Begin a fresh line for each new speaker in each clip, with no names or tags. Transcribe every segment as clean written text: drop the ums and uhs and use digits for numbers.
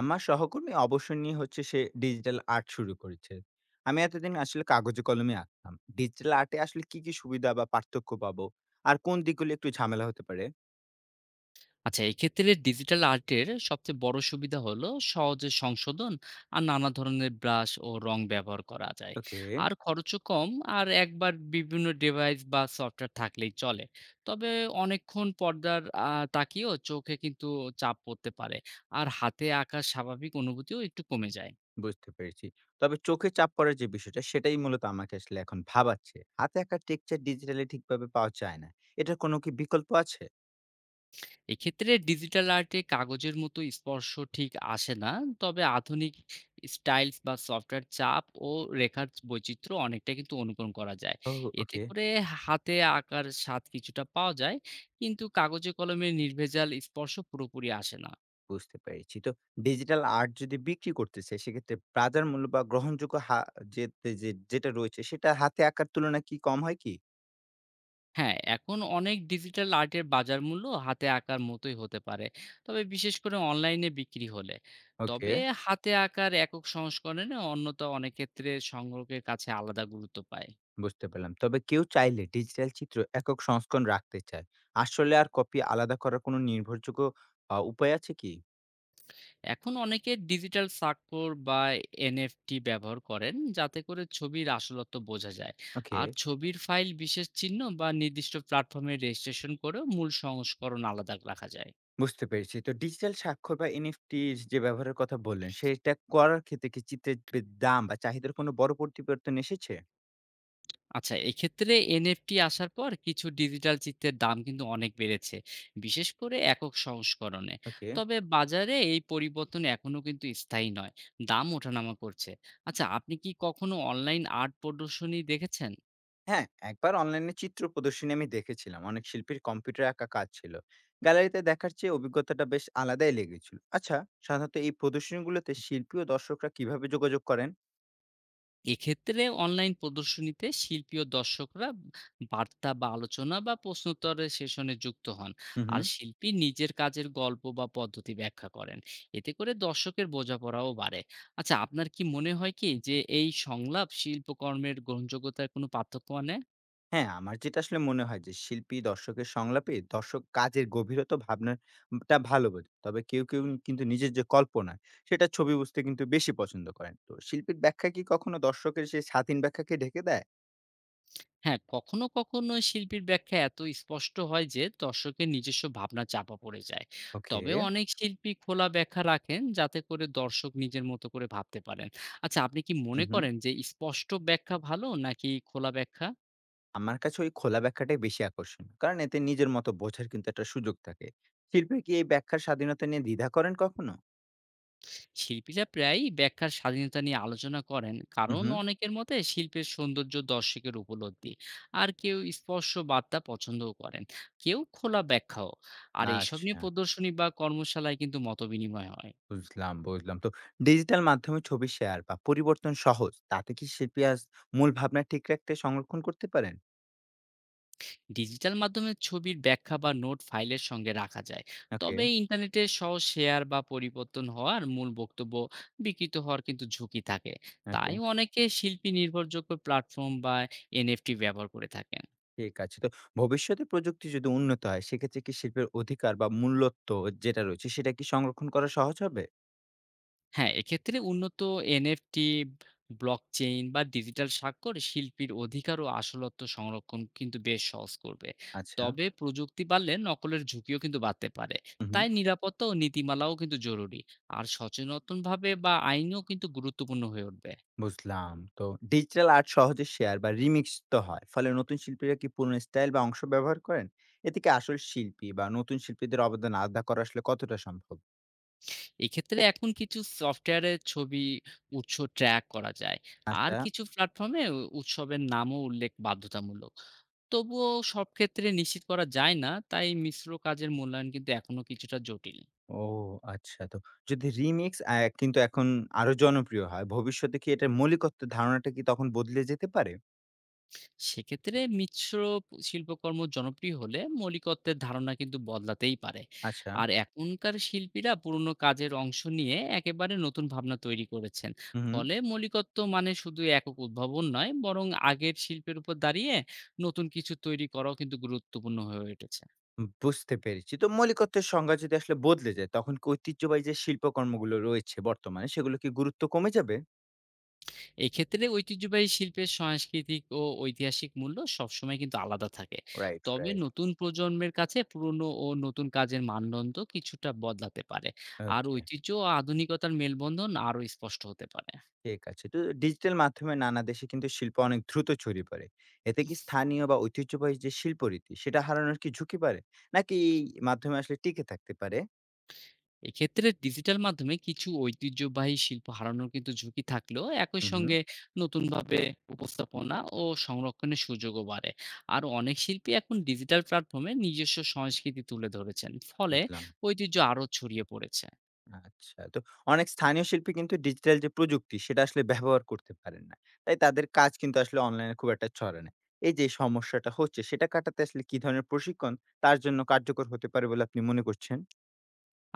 আমার সহকর্মী অবসর নিয়ে হচ্ছে সে ডিজিটাল আর্ট শুরু করেছে। আমি এতদিন আসলে কাগজে কলমে আঁকতাম। ডিজিটাল আর্টে আসলে কি কি সুবিধা বা পার্থক্য পাবো, আর কোন দিকগুলো একটু ঝামেলা হতে পারে?
আচ্ছা এক্ষেত্রে ডিজিটাল আর্টের সবচেয়ে বড় সুবিধা হলো সহজে সংশোধন আর নানা ধরনের ব্রাশ ও রং ব্যবহার করা যায়।
ওকে।
আর খরচও কম। আর একবার বিভিন্ন ডিভাইস বা সফটওয়্যার থাকলেই চলে। তবে অনেকক্ষণ পর্দার তাকিয়েও চোখে কিন্তু চাপ পড়তে পারে। আর হাতে আঁকার স্বাভাবিক অনুভূতিও একটু কমে যায়।
বুঝতে পেরেছি, তবে চোখে চাপ পড়ার যে বিষয়টা সেটাই মূলত আমাকে আসলে এখন ভাবাচ্ছে। হাতে আঁকা টেক্সচার ডিজিটালি ঠিকভাবে পাওয়া যায় না, এটার কোনো কি বিকল্প আছে?
এক্ষেত্রে ডিজিটাল আর্টে কাগজের মতো স্পর্শ ঠিক আসে না। তবে আধুনিক স্টাইলস বা সফটওয়্যার চাপ ও রেখার বৈচিত্র্য অনেকটা কিন্তু অনুকরণ করা যায়।
ও।
এতে
ওকে।
করে হাতে আঁকার স্বাদ কিছুটা পাওয়া যায়, কিন্তু কাগজে কলমে নির্ভেজাল স্পর্শ পুরোপুরি আসে না।
বুঝতে পেরেছি। তো ডিজিটাল আর্ট যদি বিক্রি করতেছে সেক্ষেত্রে বাজার মূল্য বা গ্রহণযোগ্য যে যেটা রয়েছে সেটা হাতে আঁকার তুলনায় কি কম হয় কি?
হ্যাঁ, এখন অনেক ডিজিটাল আর্টের বাজার মূল্য হাতে আঁকার মতোই হতে পারে, তবে বিশেষ করে অনলাইনে বিক্রি হলে।
ওকে,
তবে হাতে আঁকার একক সংস্করণে অন্যতা অনেক ক্ষেত্রে সংগ্রহের কাছে আলাদা গুরুত্ব পায়।
বুঝতে পারলাম। তবে কেউ চাইলে ডিজিটাল চিত্র একক সংস্করণ রাখতে চায়। আসলে আর কপি আলাদা করার কোনো নির্ভরযোগ্য উপায় আছে কি?
এখন অনেকে ডিজিটাল স্বাক্ষর বা এনএফটি ব্যবহার করেন যাতে করে ছবির আসলত্ব বোঝা যায়।
ওকে,
আর ছবির ফাইল বিশেষ চিহ্ন বা নির্দিষ্ট প্ল্যাটফর্মে রেজিস্ট্রেশন করে মূল সংস্করণ আলাদা রাখা যায়।
বুঝতে পেরেছি। তো ডিজিটাল স্বাক্ষর বা এনএফটি যে ব্যবহারের কথা বললেন, সেটা করার ক্ষেত্রে কি চিত্রের দাম বা চাহিদার কোনো বড় পরিবর্তন এসেছে?
আচ্ছা এক্ষেত্রে এনএফটি আসার পর কিছু ডিজিটাল চিত্রের দাম কিন্তু অনেক বেড়েছে, বিশেষ করে একক সংস্করণে।
ওকে।
তবে বাজারে এই পরিবর্তন এখনো কিন্তু স্থায়ী নয়, দাম ওঠানামা করছে। আচ্ছা আপনি কি কখনো অনলাইন আর্ট প্রদর্শনী দেখেছেন?
হ্যাঁ, একবার অনলাইনে চিত্র প্রদর্শনী আমি দেখেছিলাম। অনেক শিল্পীর কম্পিউটারে আঁকা কাজ ছিল। গ্যালারিতে দেখার চেয়ে অভিজ্ঞতাটা বেশ আলাদাই লেগেছিল। আচ্ছা, সাধারণত এই প্রদর্শনীগুলোতে শিল্পী ও দর্শকরা কিভাবে যোগাযোগ করেন?
এক্ষেত্রে অনলাইন প্রদর্শনীতে শিল্পী ও দর্শকরা বার্তা বা আলোচনা বা প্রশ্নোত্তরের সেশনে যুক্ত হন।
হু, হু।
আর শিল্পী নিজের কাজের গল্প বা পদ্ধতি ব্যাখ্যা করেন, এতে করে দর্শকের বোঝাপড়াও বাড়ে। আচ্ছা আপনার কি মনে হয় কি যে এই সংলাপ শিল্পকর্মের গ্রহণযোগ্যতায় কোনো পার্থক্য আনে?
হ্যাঁ, আমার যেটা আসলে মনে হয় যে শিল্পী দর্শকের সংলাপে দর্শক কাজের গভীরতা ভাবনা টা ভালো বোঝে। তবে কেউ কিন্তু নিজের যে কল্পনা সেটা ছবি বুঝতে কিন্তু বেশি পছন্দ করেন। তো শিল্পীর ব্যাখ্যা কি কখনো দর্শকের সেই স্বাধীন ব্যাখ্যাকে ঢেকে দেয়?
হ্যাঁ, কখনো কখনো শিল্পীর ব্যাখ্যা এত স্পষ্ট হয় যে দর্শকের নিজস্ব ভাবনা চাপা পড়ে যায়।
ওকে।
তবে অনেক শিল্পী খোলা ব্যাখ্যা রাখেন যাতে করে দর্শক নিজের মতো করে ভাবতে পারেন। আচ্ছা আপনি কি
হুম,
মনে
হুম।
করেন যে স্পষ্ট ব্যাখ্যা ভালো নাকি খোলা ব্যাখ্যা?
আমার কাছে ওই খোলা ব্যাখ্যাটাই বেশি আকর্ষণীয়। কারণ এতে নিজের মতো বোঝার কিন্তু একটা সুযোগ থাকে। শিল্পী কি এই ব্যাখ্যার স্বাধীনতা নিয়ে দ্বিধা করেন কখনো?
শিল্পীরা প্রায়ই ব্যাখ্যার স্বাধীনতা নিয়ে আলোচনা করেন,
হুম,
কারণ
হুম।
অনেকের মতে শিল্পের সৌন্দর্য দর্শকের উপলব্ধি। আর কেউ স্পষ্ট বার্তা পছন্দও করেন, কেউ খোলা ব্যাখ্যাও। আর এইসব নিয়ে
আচ্ছা।
প্রদর্শনী বা কর্মশালায় কিন্তু মতবিনিময় হয়।
বুঝলাম, বুঝলাম। তো ডিজিটাল মাধ্যমে ছবি শেয়ার বা পরিবর্তন সহজ। তাতে কি শিল্পী আজ মূল ভাবনা ঠিক রাখতে সংরক্ষণ করতে পারেন?
ডিজিটাল মাধ্যমে ছবির ব্যাখ্যা বা নোট ফাইলের সঙ্গে রাখা যায়।
ওকে,
তবে ইন্টারনেটে সহ শেয়ার বা পরিবর্তন হওয়ার মূল বক্তব্য বিকৃত হওয়ার কিন্তু ঝুঁকি থাকে।
ওকে।
তাই অনেকে শিল্পী নির্ভরযোগ্য প্ল্যাটফর্ম বা এনএফটি ব্যবহার করে থাকেন।
ঠিক আছে। তো ভবিষ্যতে প্রযুক্তি যদি উন্নত হয়, সেক্ষেত্রে কি শিল্পের অধিকার বা মূল্যত্ব যেটা রয়েছে, সেটা কি সংরক্ষণ করা সহজ হবে?
হ্যাঁ, এক্ষেত্রে উন্নত এনএফটি, ব্লকচেইন বা ডিজিটাল স্বাক্ষর শিল্পীর অধিকার ও আসলত্ব সংরক্ষণ কিন্তু বেশ সহজ করবে।
আচ্ছা।
তবে প্রযুক্তি বাড়লে নকলের ঝুঁকিও কিন্তু বাড়তে পারে।
হু, হু।
তাই নিরাপত্তা ও নীতিমালাও কিন্তু জরুরি। আর সচেতনভাবে বা আইনও কিন্তু গুরুত্বপূর্ণ হয়ে উঠবে।
বুঝলাম। তো ডিজিটাল আর্ট সহজে শেয়ার বা রিমিক্স তো হয়। ফলে নতুন শিল্পীরা কি পুরনো স্টাইল বা অংশ ব্যবহার করেন? এতে কি আসল শিল্পী বা নতুন শিল্পীদের অবদান আলাদা করা আসলে কতটা সম্ভব?
এক্ষেত্রে এখন কিছু সফটওয়্যারের ছবি উৎস ট্র্যাক করা যায়। আর
আচ্ছা।
কিছু প্ল্যাটফর্মে উৎসবের নামও উল্লেখ বাধ্যতামূলক। তবুও সব ক্ষেত্রে নিশ্চিত করা যায় না, তাই মিশ্র কাজের মূল্যায়ন কিন্তু এখনো কিছুটা জটিল।
ও, আচ্ছা। তো যদি রিমিক্স কিন্তু এখন আরো জনপ্রিয় হয়, ভবিষ্যতে কি এটার মৌলিকত্বের ধারণাটা কি তখন বদলে যেতে পারে?
সেক্ষেত্রে মিশ্র শিল্পকর্ম জনপ্রিয় হলে মৌলিকত্বের ধারণা কিন্তু বদলাতেই পারে।
আচ্ছা।
আর এখনকার শিল্পীরা পুরনো কাজের অংশ নিয়ে একেবারে নতুন ভাবনা তৈরি করেছেন।
হুম, হুম।
ফলে মৌলিকত্ব মানে শুধু একক উদ্ভাবন নয়, বরং আগের শিল্পের উপর দাঁড়িয়ে নতুন কিছু তৈরি করাও কিন্তু গুরুত্বপূর্ণ হয়ে উঠেছে।
বুঝতে পেরেছি। তো মৌলিকত্বের সংজ্ঞা যদি আসলে বদলে যায়, তখন কি ঐতিহ্যবাহী যে শিল্পকর্মগুলো রয়েছে বর্তমানে, সেগুলো কি গুরুত্ব কমে যাবে?
এক্ষেত্রে ঐতিহ্যবাহী শিল্পের সাংস্কৃতিক ও ঐতিহাসিক মূল্য সবসময় কিন্তু আলাদা থাকে।
রাইট,
তবে
রাইট।
নতুন প্রজন্মের কাছে পুরনো ও নতুন কাজের মানদণ্ড কিছুটা বদলাতে পারে। আর
ওকে,
ঐতিহ্য ও আধুনিকতার মেলবন্ধন আরো স্পষ্ট হতে পারে।
ঠিক আছে। তো ডিজিটাল মাধ্যমে নানা দেশে কিন্তু শিল্প অনেক দ্রুত ছড়িয়ে পড়ে। এতে কি স্থানীয় বা ঐতিহ্যবাহী যে শিল্পরীতি, সেটা হারানোর কি ঝুঁকি বাড়ে? নাকি এই মাধ্যমে আসলে টিকে থাকতে পারে?
এক্ষেত্রে ডিজিটাল মাধ্যমে কিছু ঐতিহ্যবাহী শিল্প হারানোর কিন্তু ঝুঁকি থাকলেও একই
হুম, হুম।
সঙ্গে নতুনভাবে উপস্থাপনা ও সংরক্ষণের সুযোগও বাড়ে। আর অনেক শিল্পী এখন ডিজিটাল প্ল্যাটফর্মে নিজস্ব সংস্কৃতি তুলে ধরেছেন, ফলে
বুঝলাম।
ঐতিহ্য আরো ছড়িয়ে পড়েছে।
আচ্ছা। তো অনেক স্থানীয় শিল্পী কিন্তু ডিজিটাল যে প্রযুক্তি সেটা আসলে ব্যবহার করতে পারেন না। তাই তাদের কাজ কিন্তু আসলে অনলাইনে খুব একটা ছড়ায় না। এই যে সমস্যাটা হচ্ছে সেটা কাটাতে আসলে কি ধরনের প্রশিক্ষণ তার জন্য কার্যকর হতে পারে বলে আপনি মনে করছেন?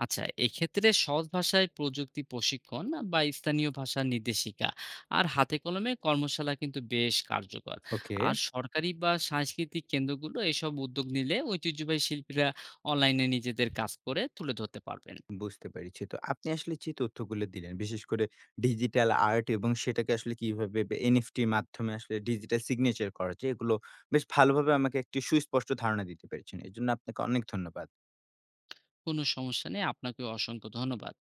আচ্ছা এক্ষেত্রে সহজ ভাষায় প্রযুক্তি প্রশিক্ষণ বা স্থানীয় ভাষার নির্দেশিকা আর হাতে কলমে কর্মশালা কিন্তু বেশ কার্যকর।
ওকে।
আর সরকারি বা সাংস্কৃতিক কেন্দ্রগুলো এসব উদ্যোগ নিলে ঐতিহ্যবাহী শিল্পীরা অনলাইনে নিজেদের কাজ করে তুলে ধরতে পারবেন।
বুঝতে পেরেছি। তো আপনি আসলে যে তথ্যগুলো দিলেন বিশেষ করে ডিজিটাল আর্ট এবং সেটাকে আসলে কিভাবে এনএফটি মাধ্যমে আসলে ডিজিটাল সিগনেচার করা যায় এগুলো বেশ ভালোভাবে আমাকে একটি সুস্পষ্ট ধারণা দিতে পেরেছেন। এজন্য আপনাকে অনেক ধন্যবাদ।
কোনো সমস্যা নেই, আপনাকে অসংখ্য ধন্যবাদ।